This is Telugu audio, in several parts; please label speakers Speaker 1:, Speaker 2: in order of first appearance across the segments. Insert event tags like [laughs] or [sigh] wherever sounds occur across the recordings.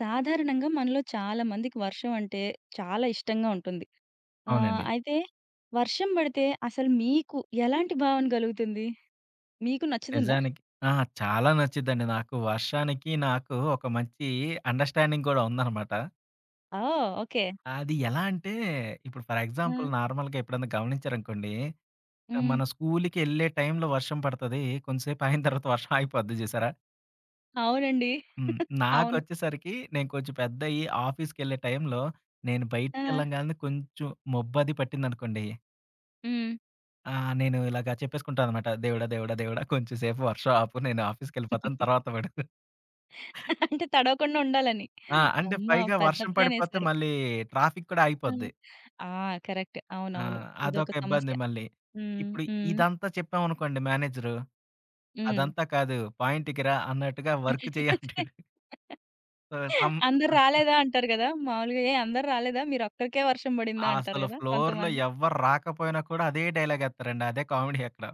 Speaker 1: సాధారణంగా మనలో చాలా మందికి వర్షం అంటే చాలా ఇష్టంగా ఉంటుంది. ఆహ్,
Speaker 2: అవునండి.
Speaker 1: అయితే వర్షం పడితే అసలు మీకు ఎలాంటి భావన కలుగుతుంది? మీకు నచ్చుతుందా?
Speaker 2: నిజానికి ఆ! చాలా నచ్చిద్దండి నాకు. వర్షానికి, నాకు ఒక మంచి అండర్‌స్టాండింగ్ గూడా ఉందనమాట.
Speaker 1: ఓహ్! ఓకే.
Speaker 2: అది ఎలా అంటే, ఇప్పుడు ఫర్
Speaker 1: ఆ!
Speaker 2: ఎగ్జాంపుల్ నార్మల్‌గా ఎప్పుడన్నా గమనించారనుకోండి,
Speaker 1: హ్మ్.
Speaker 2: మన స్కూలుకెళ్ళే టైంలో వర్షం పడతది. కొంతసేపు ఆగిన తర్వాత వర్షం ఆగిపోద్ది జూసారా?
Speaker 1: అవునండి.
Speaker 2: హ్మ్.
Speaker 1: అవును.
Speaker 2: నాకొచ్చేసరికి నేను కొంచెం పెద్దయ్యి ఆఫీస్‌కెళ్ళే టైంలో, నేను
Speaker 1: ఆ!
Speaker 2: బయటికెళ్ళంగాల్నే కొంచెం మబ్బది పట్టిందనుకోండి,
Speaker 1: హ్మ్.
Speaker 2: ఆ! నేను ఇలాగ చెప్పేసుకుంటా అనమాట. దేవుడా! దేవుడా! దేవుడా! కొంచెం సేపు వర్షం ఆపు. నేను ఆఫీస్‌కెళ్ళిపోతాను
Speaker 1: [laughs]
Speaker 2: తర్వాత పడు.
Speaker 1: అంటే తడవకుండా ఉండాలని.
Speaker 2: ఆ! అంటే
Speaker 1: అమ్మో!
Speaker 2: పైగా
Speaker 1: పెద్ద
Speaker 2: వర్షం పడిపోతే
Speaker 1: ప్లానేసారు.
Speaker 2: మళ్ళీ ట్రాఫిక్ కూడా
Speaker 1: ఆ!
Speaker 2: ఆగిపోద్ది.
Speaker 1: ఆ! కరెక్ట్.
Speaker 2: ఆ!
Speaker 1: అవునవును. ఇదొక
Speaker 2: అదొక ఇబ్బంది
Speaker 1: సమస్య.
Speaker 2: మళ్ళీ.
Speaker 1: హ్మ్.
Speaker 2: ఇప్పుడు
Speaker 1: హ్మ్.
Speaker 2: ఇదంతా చెప్పామనుకోండి మేనేజరు,
Speaker 1: హ్మ్.
Speaker 2: అదంతా కాదు పాయింట్‌కి రా అన్నట్టుగా వర్క్ చెయ్యి అంటాడు.
Speaker 1: [laughs]
Speaker 2: సో, సం
Speaker 1: అందరు రాలేదా అంటారు గదా! మామూలుగా ఏ అందరు రాలేదా? మీరొక్కరికే వర్షం బడిందా అంటారు
Speaker 2: అసలు
Speaker 1: గదా!
Speaker 2: ఫ్లోర్‌లో
Speaker 1: కొంతమంది.
Speaker 2: ఎవ్వరు రాకపోయినా కూడా అదే డైలాగ్ ఎత్తారండి. అదే కామెడీ అక్కడ.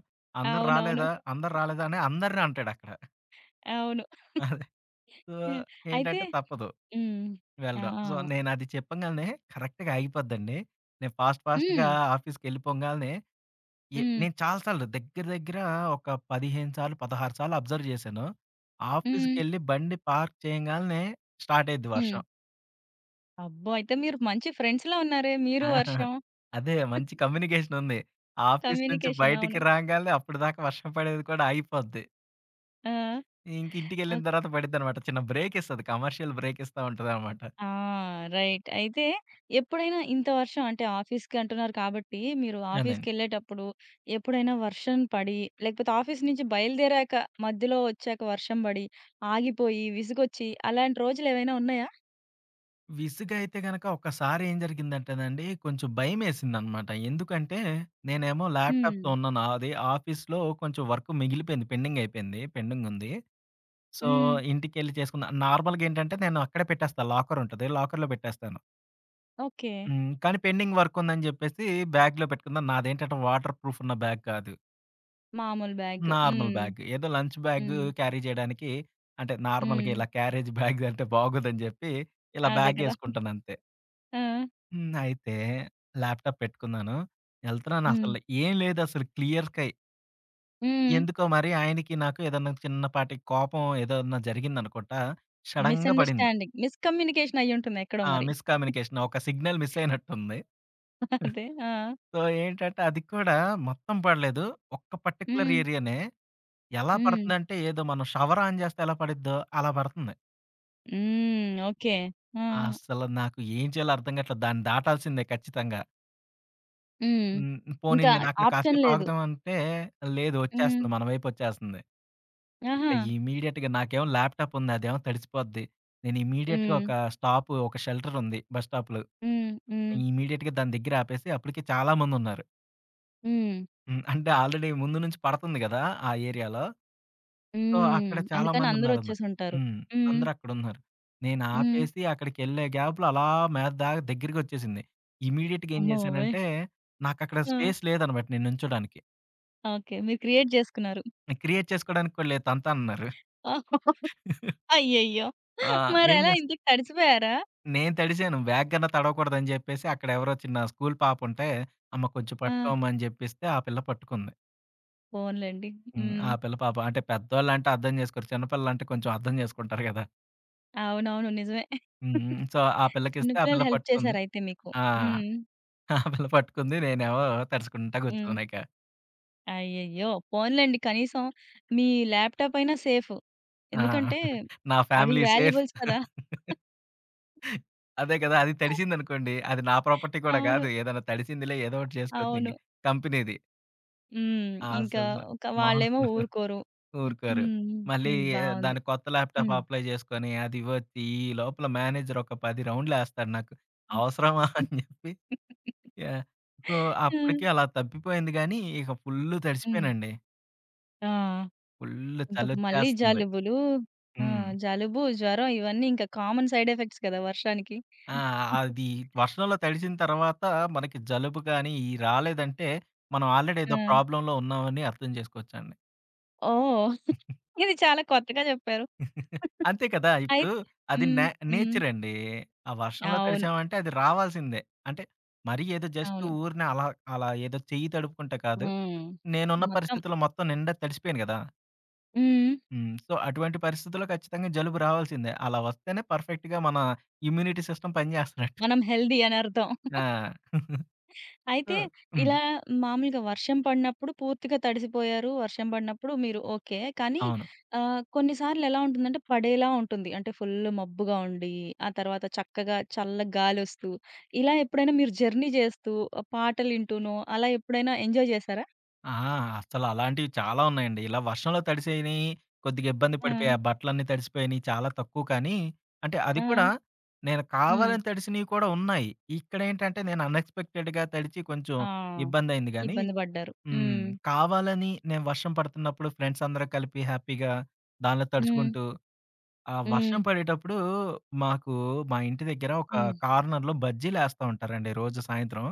Speaker 2: "అందరు
Speaker 1: అవునవును.
Speaker 2: రాలేదా? అందరు రాలేదా?" అని అందరిని అంటాడక్కడ.
Speaker 1: అవును.
Speaker 2: అదే. సో,
Speaker 1: హ్మ్. అయితే
Speaker 2: ఏంటంటే తప్పదు
Speaker 1: హ్మ్. ఆ!
Speaker 2: వెళ్ళడం.
Speaker 1: ఆ!
Speaker 2: సో, నేనది చెప్పంగాల్నే కరెక్ట్‌గా ఆగిపోద్దండి. నేను ఫాస్ట్ ఫాస్ట్‌గా
Speaker 1: హ్మ్.
Speaker 2: ఆఫీస్‌కెళ్ళిపోంగాల్నే
Speaker 1: హ్మ్.
Speaker 2: నేను చాలా సార్లు దగ్గర దగ్గర ఒక 15 సార్లు, 16 సార్లు అబ్జర్వ్ చేశాను.
Speaker 1: హ్మ్.
Speaker 2: ఆఫీస్‌కెళ్ళి బండి పార్క్ చేయంగాల్నే స్టార్ట్ అయ్యిద్ది
Speaker 1: హ్మ్.
Speaker 2: వర్షం.
Speaker 1: అబ్బో! అయితే మీరు మంచి ఫ్రెండ్స్‌లా ఉన్నారే. మీరు
Speaker 2: ఆ!
Speaker 1: వర్షం
Speaker 2: అదే మంచి కమ్యూనికేషన్ ఉంది. ఆఫీస్ నుంచి
Speaker 1: కమ్యూనికేషన్
Speaker 2: బయటికి
Speaker 1: అవును.
Speaker 2: రాంగాల్నే అప్పటిదాకా వర్షం పడేది కూడా ఆగిపోద్ది. ఇంక
Speaker 1: ఆ!
Speaker 2: ఇంటికెళ్ళిన తర్వాత పడిద్దనమాట. చిన్న బ్రేక్ ఇస్తది. కమర్షియల్ బ్రేక్ ఇస్తా ఉంటదనమాట.
Speaker 1: ఆ! రైట్. అయితే ఎప్పుడైనా ఇంత వర్షం అంటే ఆఫీస్‌కి అంటున్నారు కాబట్టి, మీరు
Speaker 2: అదండి.
Speaker 1: ఆఫీస్‌కెళ్ళేటప్పుడు ఎప్పుడైనా వర్షం పడి, లేకపోతే ఆఫీస్ నుంచి బయలుదేరాక మధ్యలో వచ్చాక వర్షం పడి, ఆగిపోయి, విసుగొచ్చి అలాంటి రోజులేవైనా ఉన్నాయా?
Speaker 2: విసుగైతే గనక ఒక్కసారి ఏం జరిగిందంటేనండి, కొంచెం భయమేసిందనమాట. ఎందుకంటే, నేనేమో
Speaker 1: హ్మ్.
Speaker 2: ల్యాప్‌టాప్‌తో ఉన్నాను. అది ఆఫీస్‌లో కొంచెం వర్క్ మిగిలిపోయింది. పెండింగ్ అయిపోయింది. పెండింగ్ ఉంది. సో,
Speaker 1: హ్మ్.
Speaker 2: ఇంటికెళ్ళి చేసుకున్నా. నార్మల్‌గా ఏంటంటే, నేను అక్కడే పెట్టేస్తా. లాకర్ ఉంటది. లాకర్‌లో పెట్టేస్తాను.
Speaker 1: ఓకే.
Speaker 2: హ్మ్. కానీ పెండింగ్ వర్క్ ఉందని జెప్పేసి బ్యాగ్‌లో పెట్టుకున్నా. నాదేంటంటే వాటర్ ప్రూఫ్ ఉన్న బ్యాగ్ కాదు.
Speaker 1: మామూలు బ్యాగ్.
Speaker 2: Normal
Speaker 1: hmm.
Speaker 2: బ్యాగ్. ఏదో లంచ్ బ్యాగ్
Speaker 1: హ్మ్.
Speaker 2: క్యారీ చేయడానికి అంటే, నార్మల్‌గా
Speaker 1: హ్మ్.
Speaker 2: ఇలా క్యారేజ్ బ్యాగ్ అంటే బాగోదని జెప్పి, ఇలా
Speaker 1: అదే కదా!
Speaker 2: బ్యాగేసుకుంటానంతే.
Speaker 1: ఆ!
Speaker 2: హ్మ్. అయితే ల్యాప్‌టాప్ పెట్టుకున్నాను. ఎళ్తున్నాను
Speaker 1: హ్మ్.
Speaker 2: అసలు ఏం లేదసలు క్లియర్ స్కై.
Speaker 1: హ్మ్.
Speaker 2: ఎందుకో మరి ఆయనకి నాకు ఏదన్నా చిన్నపాటి కోపం ఏదన్నా జరిగిందనుకుంటా. సడెన్‌గా పడింది.
Speaker 1: మిస్‌అండర్‌స్టాండింగ్. మిస్‌కమ్యూనికేషన్ అయ్యుంటుంది ఎక్కడో
Speaker 2: ఆ!
Speaker 1: మరి.
Speaker 2: మిస్ కమ్యూనికేషన్ ఒక సిగ్నల్ మిస్ అయినట్టుంది.
Speaker 1: అదే. ఆ!
Speaker 2: సో, ఏంటంటే అది కూడా మొత్తం పడలేదు. ఒక్క పర్టిక్యులర్
Speaker 1: హ్మ్.
Speaker 2: ఏరియానే. ఎలా
Speaker 1: హ్మ్.
Speaker 2: పడుతుందంటే ఏదో మనం షవర్ ఆన్ చేస్తే ఎలా పడిద్దో అలా పడుతుంది.
Speaker 1: హ్మ్. ఓకే. ఆ!
Speaker 2: అసలు నాకు ఏం చేయాలో అర్థం కాట్లేదు. దాన్ని దాటాల్సిందే ఖచ్చితంగా.
Speaker 1: హ్మ్.
Speaker 2: హ్మ్. పోనీ
Speaker 1: ఇంకా
Speaker 2: నేనక్కడ
Speaker 1: ఆప్షన్
Speaker 2: కాసేపు
Speaker 1: లేదు.
Speaker 2: ఆగుదామంటే, లేదు
Speaker 1: హ్మ్.
Speaker 2: వచ్చేస్తుంది. మన వైపొచ్చేస్తుంది. ఇక
Speaker 1: ఆహా!
Speaker 2: ఇమ్మీడియేట్‌గా నాకేమో ల్యాప్‌టాప్ ఉంది. అదేమో తడిసిపోద్ది. నేను ఇమ్మీడియేట్‌గా
Speaker 1: హ్మ్.
Speaker 2: ఒక స్టాప్, ఒక షెల్టరుంది బస్ స్టాప్‌లో.
Speaker 1: హ్మ్. హ్మ్.
Speaker 2: ఇమ్మీడియేట్‌గా దాని దగ్గర ఆపేసి అప్పటికి చాలా మందున్నారు.
Speaker 1: హ్మ్.
Speaker 2: హ్మ్. అంటే ఆల్రెడీ ముందు నుంచి పడుతుంది గదా! ఆ ఏరియాలో. సో,
Speaker 1: హ్మ్.
Speaker 2: అక్కడ చాలా
Speaker 1: అందుకని
Speaker 2: మందున్నారనమాట.
Speaker 1: అందరొచ్చేసుంటారు.
Speaker 2: హ్మ్.
Speaker 1: హ్మ్.
Speaker 2: అందరూ అక్కడున్నారు. నేను
Speaker 1: హ్మ్.
Speaker 2: ఆపేసి అక్కడికెళ్ళే గ్యాప్‌లో అలా మీద దాకా దగ్గరికొచ్చేసింది. ఇమ్మీడియేట్‌గా ఏం
Speaker 1: అమ్మ బాబోయ్!
Speaker 2: చేశానంటే, నాకక్కడ
Speaker 1: ఆ!
Speaker 2: స్పేస్ లేదనమాట నేను నుంచోడానికి.
Speaker 1: ఓకే. మీరు క్రియేట్ చేసుకున్నారు.
Speaker 2: క్రియేట్ చేసుకోవడానికి కూడా లేదు తంతా అన్నారు.
Speaker 1: [laughs] అయ్యయ్యో!
Speaker 2: ఆ! ఏం
Speaker 1: మరెలా
Speaker 2: చేస్
Speaker 1: ఇంతకి తడిసిపోయారా?
Speaker 2: నేను తడిసాను. బ్యాగ్ గన్నా తడవకూడదని జెప్పేసి అక్కడెవరో చిన్న స్కూల్ పాపుంటే, "అమ్మ కొంచెం
Speaker 1: ఆ!
Speaker 2: పట్టుకోమ్మా" అని జెప్పిస్తే ఆ పిల్ల పట్టుకుంది.
Speaker 1: పోన్లెండి.
Speaker 2: హ్మ్.
Speaker 1: హ్మ్.
Speaker 2: ఆ పిల్ల పాపం అంటే పెద్దోళ్ళంటే అర్థం జేసుకోరు. చిన్నపిల్లలంటే కొంచెం అర్థం జేసుకుంటారు గదా!
Speaker 1: అవునవును. నిజమే.
Speaker 2: హ్మ్. సో, ఆ
Speaker 1: చిన్న
Speaker 2: పిల్లకిస్తే ఆ
Speaker 1: పిల్లలు
Speaker 2: పిల్ల
Speaker 1: హెల్ప్
Speaker 2: పట్టుకుంది.
Speaker 1: చేసారయితే మీకు.
Speaker 2: ఆ!
Speaker 1: హ్మ్.
Speaker 2: ఆ పిల్ల పట్టుకుంది. నేనేమో తడుసుకుంటా
Speaker 1: హ్మ్.
Speaker 2: గూర్చున్నానిక.
Speaker 1: అయ్యయ్యో! పోన్లెండి కనీసం మీ ల్యాప్‌టాప్ అయినా సేఫ్.
Speaker 2: ఆ!
Speaker 1: ఎందుకంటే
Speaker 2: నా
Speaker 1: అవి
Speaker 2: ఫ్యామిలీ సేఫ్.
Speaker 1: వాల్యుబుల్స్ కదా!
Speaker 2: అదే కదా! అది తడిసిందనుకోండి, అది నా ప్రాపర్టీ కూడా
Speaker 1: అవును.
Speaker 2: గాదు. ఏదైనా తడిసిందిలే ఏదో ఒకటి
Speaker 1: అ-
Speaker 2: చేసుకోవచ్చు
Speaker 1: అవును.
Speaker 2: ఇంక కంపెనీది.
Speaker 1: హ్మ్. ఇంకా
Speaker 2: అసలు
Speaker 1: ఒక
Speaker 2: మామూలుగా
Speaker 1: వాళ్ళేమో
Speaker 2: ఉండదు.
Speaker 1: ఊరుకోరు. హ్మ్.
Speaker 2: ఊరుకోరు.
Speaker 1: హ్మ్.
Speaker 2: మళ్ళీ
Speaker 1: హ్మ్. బావుంది.
Speaker 2: దానికి కొత్త ల్యాప్‌టాప్
Speaker 1: హ్మ్.
Speaker 2: అప్లై చేసుకొని అది ఇవ్వొచ్చి, ఈ లోపల మేనేజర్ ఒక 10 రౌండ్‌లేస్తాడు నాకు. అవసరమా [laughs] అని చెప్పి యాహ్! సో,
Speaker 1: హ్మ్.
Speaker 2: అప్పటికి అలా తప్పిపోయింది గానీ, ఇక ఫుల్లు
Speaker 1: హ్మ్.
Speaker 2: తడిసిపోయానండి.
Speaker 1: ఆ!
Speaker 2: ఫుల్లు
Speaker 1: ఇంక మళ్ళీ
Speaker 2: చలొచ్చేస్తుంది.
Speaker 1: జలుబులు ఆ!
Speaker 2: హ్మ్.
Speaker 1: జలుబు, జ్వరం ఇవన్నీ ఇంకా కామన్ సైడ్ ఎఫెక్ట్స్ కదా! వర్షానికి.
Speaker 2: ఆ! అది వర్షంలో తడిసిన తర్వాత మనకి జలుబు గాని, ఇయి రాలేదంటే, మనం ఆల్రెడీ
Speaker 1: ఆ!
Speaker 2: ఏదో ప్రాబ్లమ్‌లో ఉన్నామని అర్థం చేసుకోవచ్చండి.
Speaker 1: ఓహ్! ఇది చాలా కొత్తగా చెప్పారు.
Speaker 2: అంతే కదా! ఇప్పుడు
Speaker 1: అయితే
Speaker 2: అది
Speaker 1: హ్మ్. హ్మ్.
Speaker 2: నేచరండి. ఆ వర్షంలో
Speaker 1: అవును.
Speaker 2: తడిచామంటే అది రావాల్సిందే. అంటే, మరీ ఏదో జస్ట్
Speaker 1: అవును.
Speaker 2: ఊరినే అలా, అలా ఏదో చెయ్యి తడుపుకుంట కాదు.
Speaker 1: హ్మ్.
Speaker 2: నేనున్న
Speaker 1: మొత్తం
Speaker 2: పరిస్థితిలో మొత్తం నిండా తడిసిపోయాను గదా!
Speaker 1: హ్మ్.
Speaker 2: హ్మ్. సో, అటువంటి పరిస్థితుల్లో ఖచ్చితంగా జలుబు రావాల్సిందే. అలా వస్తేనే పర్ఫెక్ట్‌గా మన ఇమ్యూనిటీ సిస్టమ్ పని జేస్తన్నట్టు.
Speaker 1: మనం హెల్తీ అని అర్థం.
Speaker 2: ఆ! [laughs] సో
Speaker 1: అయితే
Speaker 2: హ్మ్.
Speaker 1: ఇలా మామూలుగా వర్షం పడినప్పుడు పూర్తిగా తడిసిపోయారు. వర్షం పడినప్పుడు మీరు ఓకే. కానీ
Speaker 2: అవును.
Speaker 1: ఆహ్, కొన్నిసార్లు ఎలా ఉంటుందంటే పడేలా ఉంటుంది. అంటే ఫుల్ మబ్బుగా ఉండి, ఆ తర్వాత చక్కగా చల్ల గాలొస్తూ, ఇలా ఎప్పుడైనా మీరు జర్నీ చేస్తూ, ఆ, పాటలు వింటూనో అలా ఎప్పుడైనా ఎంజాయ్ చేశారా?
Speaker 2: ఆ! అసలు అలాంటివి చాలా ఉన్నాయండి. ఇలా వర్షంలో తడిసేయినియి, కొద్దిగా ఇబ్బంది
Speaker 1: ఆ!
Speaker 2: పడిపోయి, ఆ బట్టలన్నీ తడిసిపోయినియి చాలా తక్కువ కానీ, అంటే అది
Speaker 1: ఆ!
Speaker 2: కూడా నేను
Speaker 1: హ్మ్.
Speaker 2: కావాలని తడిసినవి కూడా ఉన్నాయి. ఇక్కడేంటంటే నేను అన్‌ఎక్స్‌పెక్టెడ్‌గా తడిచి కొంచెం
Speaker 1: ఆ!
Speaker 2: ఇబ్బందయింది గానీ
Speaker 1: ఇబ్బంది పడ్డారు.
Speaker 2: హ్మ్.
Speaker 1: హ్మ్.
Speaker 2: కావాలని నేను వర్షం పడుతున్నప్పుడు ఫ్రెండ్స్ అందరం కలిపి హ్యాపీగా దానిలో
Speaker 1: హ్మ్.
Speaker 2: తడుచుకుంటూ, ఆ
Speaker 1: హ్మ్.
Speaker 2: వర్షం పడేటప్పుడు మాకు మా ఇంటి దగ్గర ఒక
Speaker 1: హ్మ్.
Speaker 2: కార్నర్‌లో బజ్జీలేస్తా ఉంటారండి రోజు సాయంత్రం.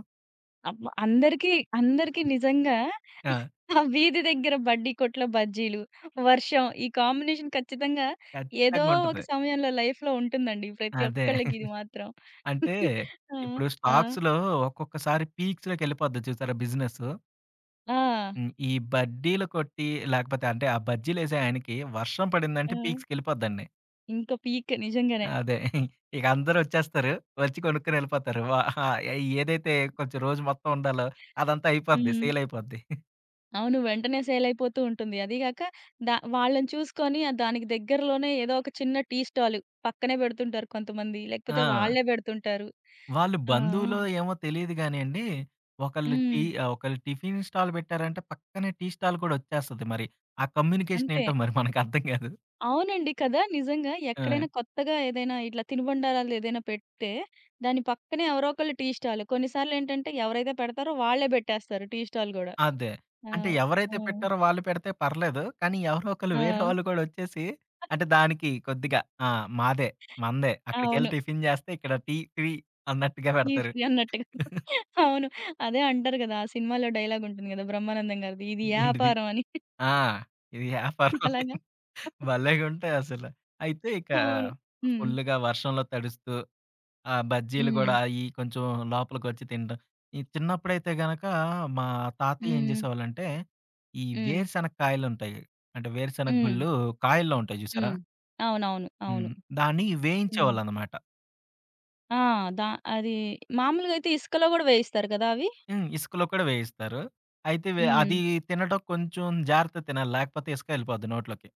Speaker 1: అబ్బా! అందరికీ అందరికీ నిజంగా
Speaker 2: ఆ!
Speaker 1: ఆ వీధి దగ్గర బడ్డీ కొట్లో బజ్జీలు, వర్షం ఈ కాంబినేషన్ ఖచ్చితంగా ఏదో ఒక
Speaker 2: ఖచ్చితంగుంటది.
Speaker 1: సమయంలో లైఫ్‌లో ఉంటుందండి. ప్రతి
Speaker 2: అదే.
Speaker 1: ఒక్కళ్ళకి ఇది మాత్రం.
Speaker 2: అంటే
Speaker 1: ఆ!
Speaker 2: ఇప్పుడు
Speaker 1: ఆ!
Speaker 2: స్టాక్స్‌లో ఒక్కొక్కసారి పీక్స్‌లోకెళ్ళిపోద్ది చూసారా బిజినెసు.
Speaker 1: ఆ!
Speaker 2: హ్మ్. ఈ బడ్డీలు కొట్టి లేకపోతే అంటే ఆ బజ్జీలేసే ఆయనకి వర్షం
Speaker 1: ఆ!
Speaker 2: పడిందంటే పీక్స్‌కెళ్ళిపోద్దండి.
Speaker 1: ఇంక పీక్ నిజంగానే.
Speaker 2: అదే. ఇక అందరొచ్చేస్తారు. వచ్చి కొనుక్కొని ఎళ్ళిపోతారు. వ ఆ! ఏదైతే కొంచెం రోజు మొత్తం ఉండాలో అదంతా అయిపోద్ది.
Speaker 1: హ్మ్.
Speaker 2: సేల్ అయిపోద్ది.
Speaker 1: అవును. వెంటనే సేల్ అయిపోతూ ఉంటుంది. అదీ గాక దా వాళ్ళని చూసుకొని ఆహ్, దానికి దగ్గరలోనే ఏదో ఒక చిన్న టీ స్టాల్ పక్కనే పెడుతుంటారు కొంతమంది. లేకపోతే
Speaker 2: ఆ!
Speaker 1: వాళ్ళే పెడుతుంటారు.
Speaker 2: వాళ్ళు
Speaker 1: ఆ!
Speaker 2: బంధువులో
Speaker 1: ఆ!
Speaker 2: ఏమో తెలీదు గానియండి.
Speaker 1: హ్మ్.
Speaker 2: ఒకళ్ళు టిఫిన్ స్టాల్ పెట్టారంటే పక్కనే టీ స్టాల్ కూడా వచ్చేస్తది మరి. ఆ కమ్యూనికేషన్
Speaker 1: అంతే.
Speaker 2: ఏంటో మరి మనకర్థం కాదు.
Speaker 1: అవునండి. కదా! నిజంగా.
Speaker 2: ఆ!
Speaker 1: ఎక్కడైనా కొత్తగా ఏదైనా ఇట్లా తినుబండారాలు ఏదైనా పెడితే, దాని పక్కనే ఎవరో ఒకళ్ళు టీ స్టాల్. కొన్నిసార్లేంటంటే ఎవరైతే పెడతారో వాళ్ళే పెట్టేస్తారు టీ స్టాల్ గూడా.
Speaker 2: అదే.
Speaker 1: ఆ!
Speaker 2: అంటే ఎవరైతే
Speaker 1: హ్మ్.
Speaker 2: పెట్టారో వాళ్ళు పెడితే పర్లేదు. కానీ ఎవరో ఒకళ్ళు
Speaker 1: ఆ!
Speaker 2: వేరే వాళ్ళు కూడా వచ్చేసి అంటే దానికి కొద్దిగా ఆ! మాదే, మనదే. అక్కడికెళ్ళి
Speaker 1: అవును.
Speaker 2: టిఫిన్ చేస్తే ఇక్కడ టీ టీ అన్నట్టుగా
Speaker 1: టీ
Speaker 2: పెడతారు.
Speaker 1: ఫ్రీ అన్నట్టుగా. అవును. అదే అంటారు గదా! ఆ సినిమాలో డైలాగ్ ఉంటుంది గదా! బ్రహ్మానందం గారిది. ఇది
Speaker 2: ఏంటిది?
Speaker 1: యాపారం అని.
Speaker 2: ఆ! ఇది వ్యాపారం అని
Speaker 1: అలాగా.
Speaker 2: భలేగుంటాయసల. అయితే ఇక
Speaker 1: అవును. హ్మ్.
Speaker 2: ఫుల్లుగా వర్షంలో తడుస్తూ ఆ! బజ్జీలు
Speaker 1: హ్మ్.
Speaker 2: గూడా అయి కొంచెం లోపలికొచ్చి తినడం. ఈ చిన్నప్పుడైతే గనక మా తాతయ్య ఏం
Speaker 1: హ్మ్.
Speaker 2: జేసేవాళ్ళంటే, ఈ
Speaker 1: హ్మ్.
Speaker 2: వేరుశెనగ కాయలుంటాయి. అంటే వేరుశెనగ
Speaker 1: హ్మ్.
Speaker 2: గుళ్ళు కాయల్లో ఉంటాయి జూసారా?
Speaker 1: హ్మ్. అవునవును. అవును.
Speaker 2: హ్మ్. దాన్ని
Speaker 1: హ్మ్.
Speaker 2: వేయించేవాళ్ళనమాట.
Speaker 1: ఆ! దా అది మామూలుగా అయితే ఇసుకలో గూడా వేయిస్తారు గదా! అవి.
Speaker 2: హ్మ్. ఇసుకలో కూడా వేయిస్తారు. అయితే వే
Speaker 1: హ్మ్.
Speaker 2: అది తినడం కొంచెం జాగ్రత్తగా తినాలి. లేకపోతే ఇసుక ఎళ్ళిపోద్ది నోట్లోకి.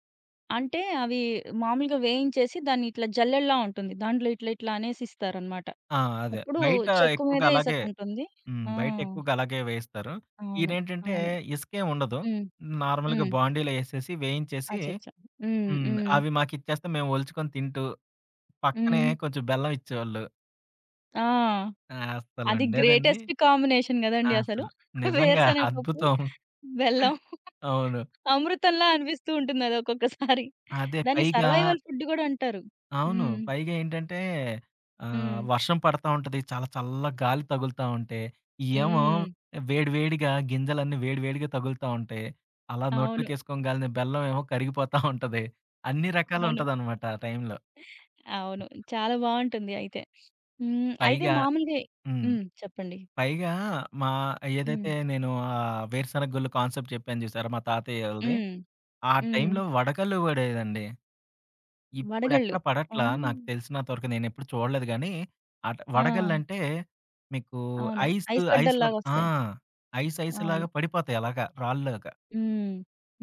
Speaker 1: అంటే అవి మామూలుగా వేయించేసి దాన్ని ఇట్లా జల్లెడలా ఉంటుంది. దాంట్లో ఇట్లా ఇట్లా అనేసి ఇస్తారనమాట.
Speaker 2: ఆ! అదే.
Speaker 1: అప్పుడు
Speaker 2: బయట
Speaker 1: చెక్కు
Speaker 2: ఎక్కువగా
Speaker 1: మీదే
Speaker 2: అలాగే
Speaker 1: ఇసకుంటుంది.
Speaker 2: హ్మ్.
Speaker 1: ఆ!
Speaker 2: బయట ఎక్కువగా అలాగే వేయిస్తారు.
Speaker 1: అవును.
Speaker 2: ఈడేంటంటే
Speaker 1: అవును.
Speaker 2: ఇసుకేం ఉండదు.
Speaker 1: హ్మ్.
Speaker 2: నార్మల్‌గా
Speaker 1: హ్మ్.
Speaker 2: బాండీలో ఏసేసి వేయించేసి
Speaker 1: అచ్చచ్చ! హ్మ్.
Speaker 2: హ్మ్.
Speaker 1: హ్మ్.
Speaker 2: అవి మాకిచ్చేస్తే మేము ఒలుచుకొని తింటూ, పక్కనే
Speaker 1: హ్మ్.
Speaker 2: కొంచెం బెల్లం ఇచ్చేవాళ్ళు.
Speaker 1: ఆ! అది
Speaker 2: అస్సలుండేదండి.
Speaker 1: గ్రేటెస్ట్ కాంబినేషన్ గదండీ అసలు.
Speaker 2: అసలు. నిజంగా
Speaker 1: వేరుశనగ పప్పు,
Speaker 2: అద్భుతం.
Speaker 1: బెల్లం
Speaker 2: అవును.
Speaker 1: అమృతంలా అనిపిస్తూ ఉంటుంది అది ఒక్కొక్కసారి.
Speaker 2: అదే
Speaker 1: దాన్ని
Speaker 2: పైగా
Speaker 1: సర్వైవల్ ఫుడ్ గూడా అంటారు.
Speaker 2: అవును.
Speaker 1: హ్మ్.
Speaker 2: పైగా ఏంటంటే
Speaker 1: హ్మ్.
Speaker 2: వర్షం పడతా ఉంటది. చాలా చల్ల గాలి తగులుతా ఉంటే, ఇయేమో
Speaker 1: హ్మ్.
Speaker 2: వేడి వేడిగా గింజలన్నీ వేడి వేడిగా తగులుతా ఉంటాయి. అలా
Speaker 1: అవును.
Speaker 2: నోట్లోకేసుకోగాలినే బెల్లం ఏమో కరిగిపోతా ఉంటది. అన్ని
Speaker 1: అవును.
Speaker 2: రకాలుంటదనమాట ఆ టైంలో.
Speaker 1: అవును. చాలా బావుంటుంది అయితే. హ్మ్. అయితే
Speaker 2: పైగా
Speaker 1: మామూలుగా
Speaker 2: హ్మ్.
Speaker 1: హ్మ్. చెప్పండి.
Speaker 2: పైగా మా
Speaker 1: హ్మ్.
Speaker 2: ఏదైతే నేను వేరుశనగ గుళ్ళు కాన్సెప్ట్ చెప్పాను చూసారా! మా తాతయ్యోళ్ళది.
Speaker 1: హ్మ్.
Speaker 2: ఆ
Speaker 1: హ్మ్.
Speaker 2: టైంలో వడకళ్ళు పడేదండి.
Speaker 1: వడగళ్ళు.
Speaker 2: ఇప్పుడెక్కడ
Speaker 1: ఆ!
Speaker 2: పడట్లా నాకు తెలిసినంత వరకు నేనెప్పుడు చూడలేదు గానీ, అట
Speaker 1: ఆ!
Speaker 2: వడగళ్ళంటే మీకు
Speaker 1: అవును.
Speaker 2: ఐస్
Speaker 1: ఐస్
Speaker 2: ఐస్ లాగా ఆ!
Speaker 1: గడ్డల్లాగొస్తాయి.
Speaker 2: ఐస్ ఐస్ లాగా
Speaker 1: అవును.
Speaker 2: పడిపోతాయి అలాగా రాళ్ళులాగా.
Speaker 1: హ్మ్.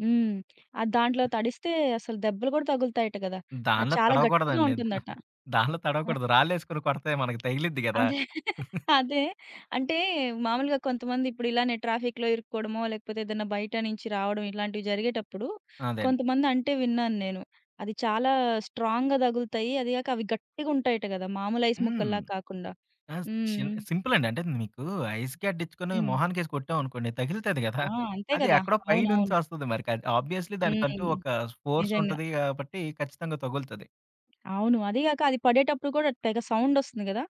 Speaker 1: హ్మ్. అది దాంట్లో తడిస్తే అసలు దెబ్బలు గూడా తగులుతాయట గదా! అది
Speaker 2: దానిలో
Speaker 1: చాలా గట్టిగా
Speaker 2: తడవకూడదండి.
Speaker 1: ఉంటుందట.
Speaker 2: దానిలో తడవకూడదు. రాళ్ళేసుకొని కొడితే మనకు తగిలిద్ది గదా!
Speaker 1: అదే. [laughs] అదే. అంటే మామూలుగా కొంతమంది ఇప్పుడు ఇలానే ట్రాఫిక్‌లో ఇరుక్కోవడమో, లేకపోతే ఏదైనా బయట నుంచి రావడం ఇలాంటివి జరిగేటప్పుడు
Speaker 2: అదండి.
Speaker 1: కొంతమంది అంటే విన్నాను నేను. అది చాలా స్ట్రాంగ్‌గా తగులుతాయి. అది గాక అవి గట్టిగుంటాయట గదా! మామూలు ఐస్
Speaker 2: హ్మ్.
Speaker 1: ముక్కల్లా కాకుండా.
Speaker 2: ఆ!
Speaker 1: హ్మ్.
Speaker 2: సింపులండి. అంటే మీకు ఐస్ క్యాట్ తెచ్చుకొని
Speaker 1: హ్మ్.
Speaker 2: మొహానికేసి కొట్టామనుకోండి తగులుతది గదా!
Speaker 1: ఆ! అంతే
Speaker 2: అది
Speaker 1: గదా!
Speaker 2: ఎక్కడో
Speaker 1: అవునవును.
Speaker 2: పైనుంచొస్తది మరి. ఆబ్వియస్‌లీ దానికంటూ
Speaker 1: హ్మ్.
Speaker 2: ఒక ఫోర్స్
Speaker 1: నిజంగా.
Speaker 2: ఉంటది గాబట్టి ఖచ్చితంగా తగులుతది.
Speaker 1: అవును. అది గాక అది పడేటప్పుడు కూడా తెగ సౌండొస్తుంది గదా!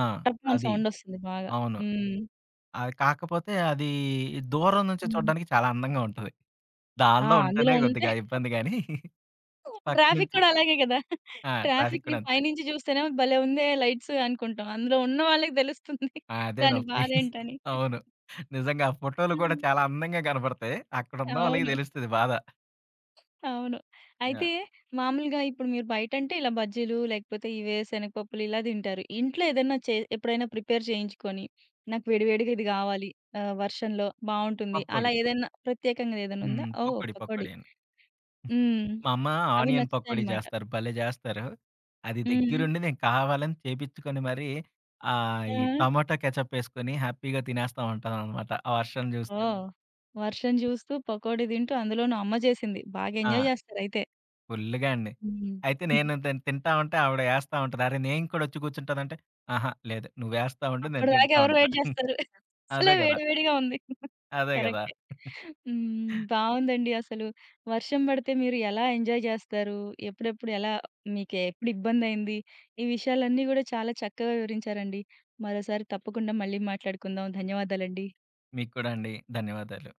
Speaker 2: ఆ!
Speaker 1: టప్ మని
Speaker 2: అది.
Speaker 1: సౌండొస్తుంది బాగా.
Speaker 2: అవును.
Speaker 1: హ్మ్.
Speaker 2: అది కాకపోతే అది దూరం నుంచి
Speaker 1: హ్మ్.
Speaker 2: చూడడానికి చాలా అందంగా ఉంటది.
Speaker 1: ఆ!
Speaker 2: దానిలో
Speaker 1: అందులో
Speaker 2: ఉంటేనే
Speaker 1: ఉంటే
Speaker 2: కొద్దిగా ఇబ్బంది గానీ [laughs] పక్క
Speaker 1: ట్రాఫిక్
Speaker 2: నుంచి
Speaker 1: కూడా అలాగే గదా!
Speaker 2: ఆ! ట్రాఫిక్
Speaker 1: ట్రాఫిక్‌ని
Speaker 2: కూడా అంతే.
Speaker 1: పైనుంచి జూస్తేనేమో భలే ఉందే లైట్స్ అనుకుంటాం. అందులో ఉన్న వాళ్ళకి దెలుస్తుంది
Speaker 2: ఆ! అదే
Speaker 1: దాని
Speaker 2: నొప్పి.
Speaker 1: బాధేంటని.
Speaker 2: అవును. నిజంగా ఆ ఫోటోలు కూడా
Speaker 1: హ్మ్.
Speaker 2: చాలా అందంగా కనపడతాయి. అక్కడున్న వాళ్ళకి
Speaker 1: అవును.
Speaker 2: తెలుస్తది బాధ.
Speaker 1: అవును.
Speaker 2: ఆ!
Speaker 1: అయితే మామూలుగా ఇప్పుడు మీరు బయటంటే ఇలా బజ్జీలు లేకపోతే ఇవే శనగపప్పులు ఇలా దింటారు. ఇంట్లో ఏదన్నా ఎప్పుడైనా ప్రిపేర్ చేయించుకొని నాకు వేడివేడిగా ఇది గావాలి ఆహ్, వర్షంలో బావుంటుంది. అలా
Speaker 2: పకోడీ.
Speaker 1: ఏదైనా ప్రత్యేకంగా ఏదైనా ఉందా?
Speaker 2: హ్మ్.
Speaker 1: ఓహ్!
Speaker 2: పకోడీ.
Speaker 1: పకోడీ.
Speaker 2: పకోడీ.
Speaker 1: హ్మ్.
Speaker 2: మా అమ్మ
Speaker 1: అవి
Speaker 2: ఆనియన్ పకోడీ
Speaker 1: నచ్చుతాయన్నమాట.
Speaker 2: చేస్తారు. భలే చేస్తారు. అది
Speaker 1: హ్మ్.
Speaker 2: దగ్గరుండి నేను కావాలని చేపించుకొని మరీ
Speaker 1: ఆ!
Speaker 2: ఈ టమాటా కెచప్ ఏసుకొని హ్యాపీగా తినేస్తా ఉంటాననమాట. ఆ వర్షం
Speaker 1: ఓహ్!
Speaker 2: చూస్తూ.
Speaker 1: హ్మ్. వర్షం జూస్తూ, పకోడీ తింటూ, అందులోనూ అమ్మ చేసింది. బాగా ఎంజాయ్
Speaker 2: ఆ!
Speaker 1: జేస్తారయితే.
Speaker 2: ఫుల్లుగా అండి.
Speaker 1: హ్మ్.
Speaker 2: అయితే నేను
Speaker 1: [laughs]
Speaker 2: తింటా ఉంటే ఆవిడ ఏస్తా ఉంటది. అరే! నేను కూడా వచ్చి కూర్చుంటానంటే, "ఆహా! లేదు. నువ్వేస్తా ఉండు. నేను
Speaker 1: అప్పటిదాకా
Speaker 2: తింటా
Speaker 1: ఎవరు
Speaker 2: ఉంటా."
Speaker 1: వెయిట్
Speaker 2: [laughs]
Speaker 1: జేస్తారు? అసలే
Speaker 2: అదే గదా!
Speaker 1: వేడి వేడిగా ఉంది.
Speaker 2: అదే గదా!
Speaker 1: కరెక్టే. హ్మ్. బావుందండి అసలు. వర్షం బడితే మీరు ఎలా ఎంజాయ్ జేస్తారు? ఎప్పుడెప్పుడు ఎలా మీకు ఎప్పుడు ఇబ్బందయింది? ఈ విషయాలన్నీ గూడా చాలా చక్కగా వివరించారండి. మరోసారి తప్పకుండా మళ్ళీ మాట్లాడుకుందాం. ధన్యవాదాలండి.
Speaker 2: మీకు కూడా అండి. ధన్యవాదాలు.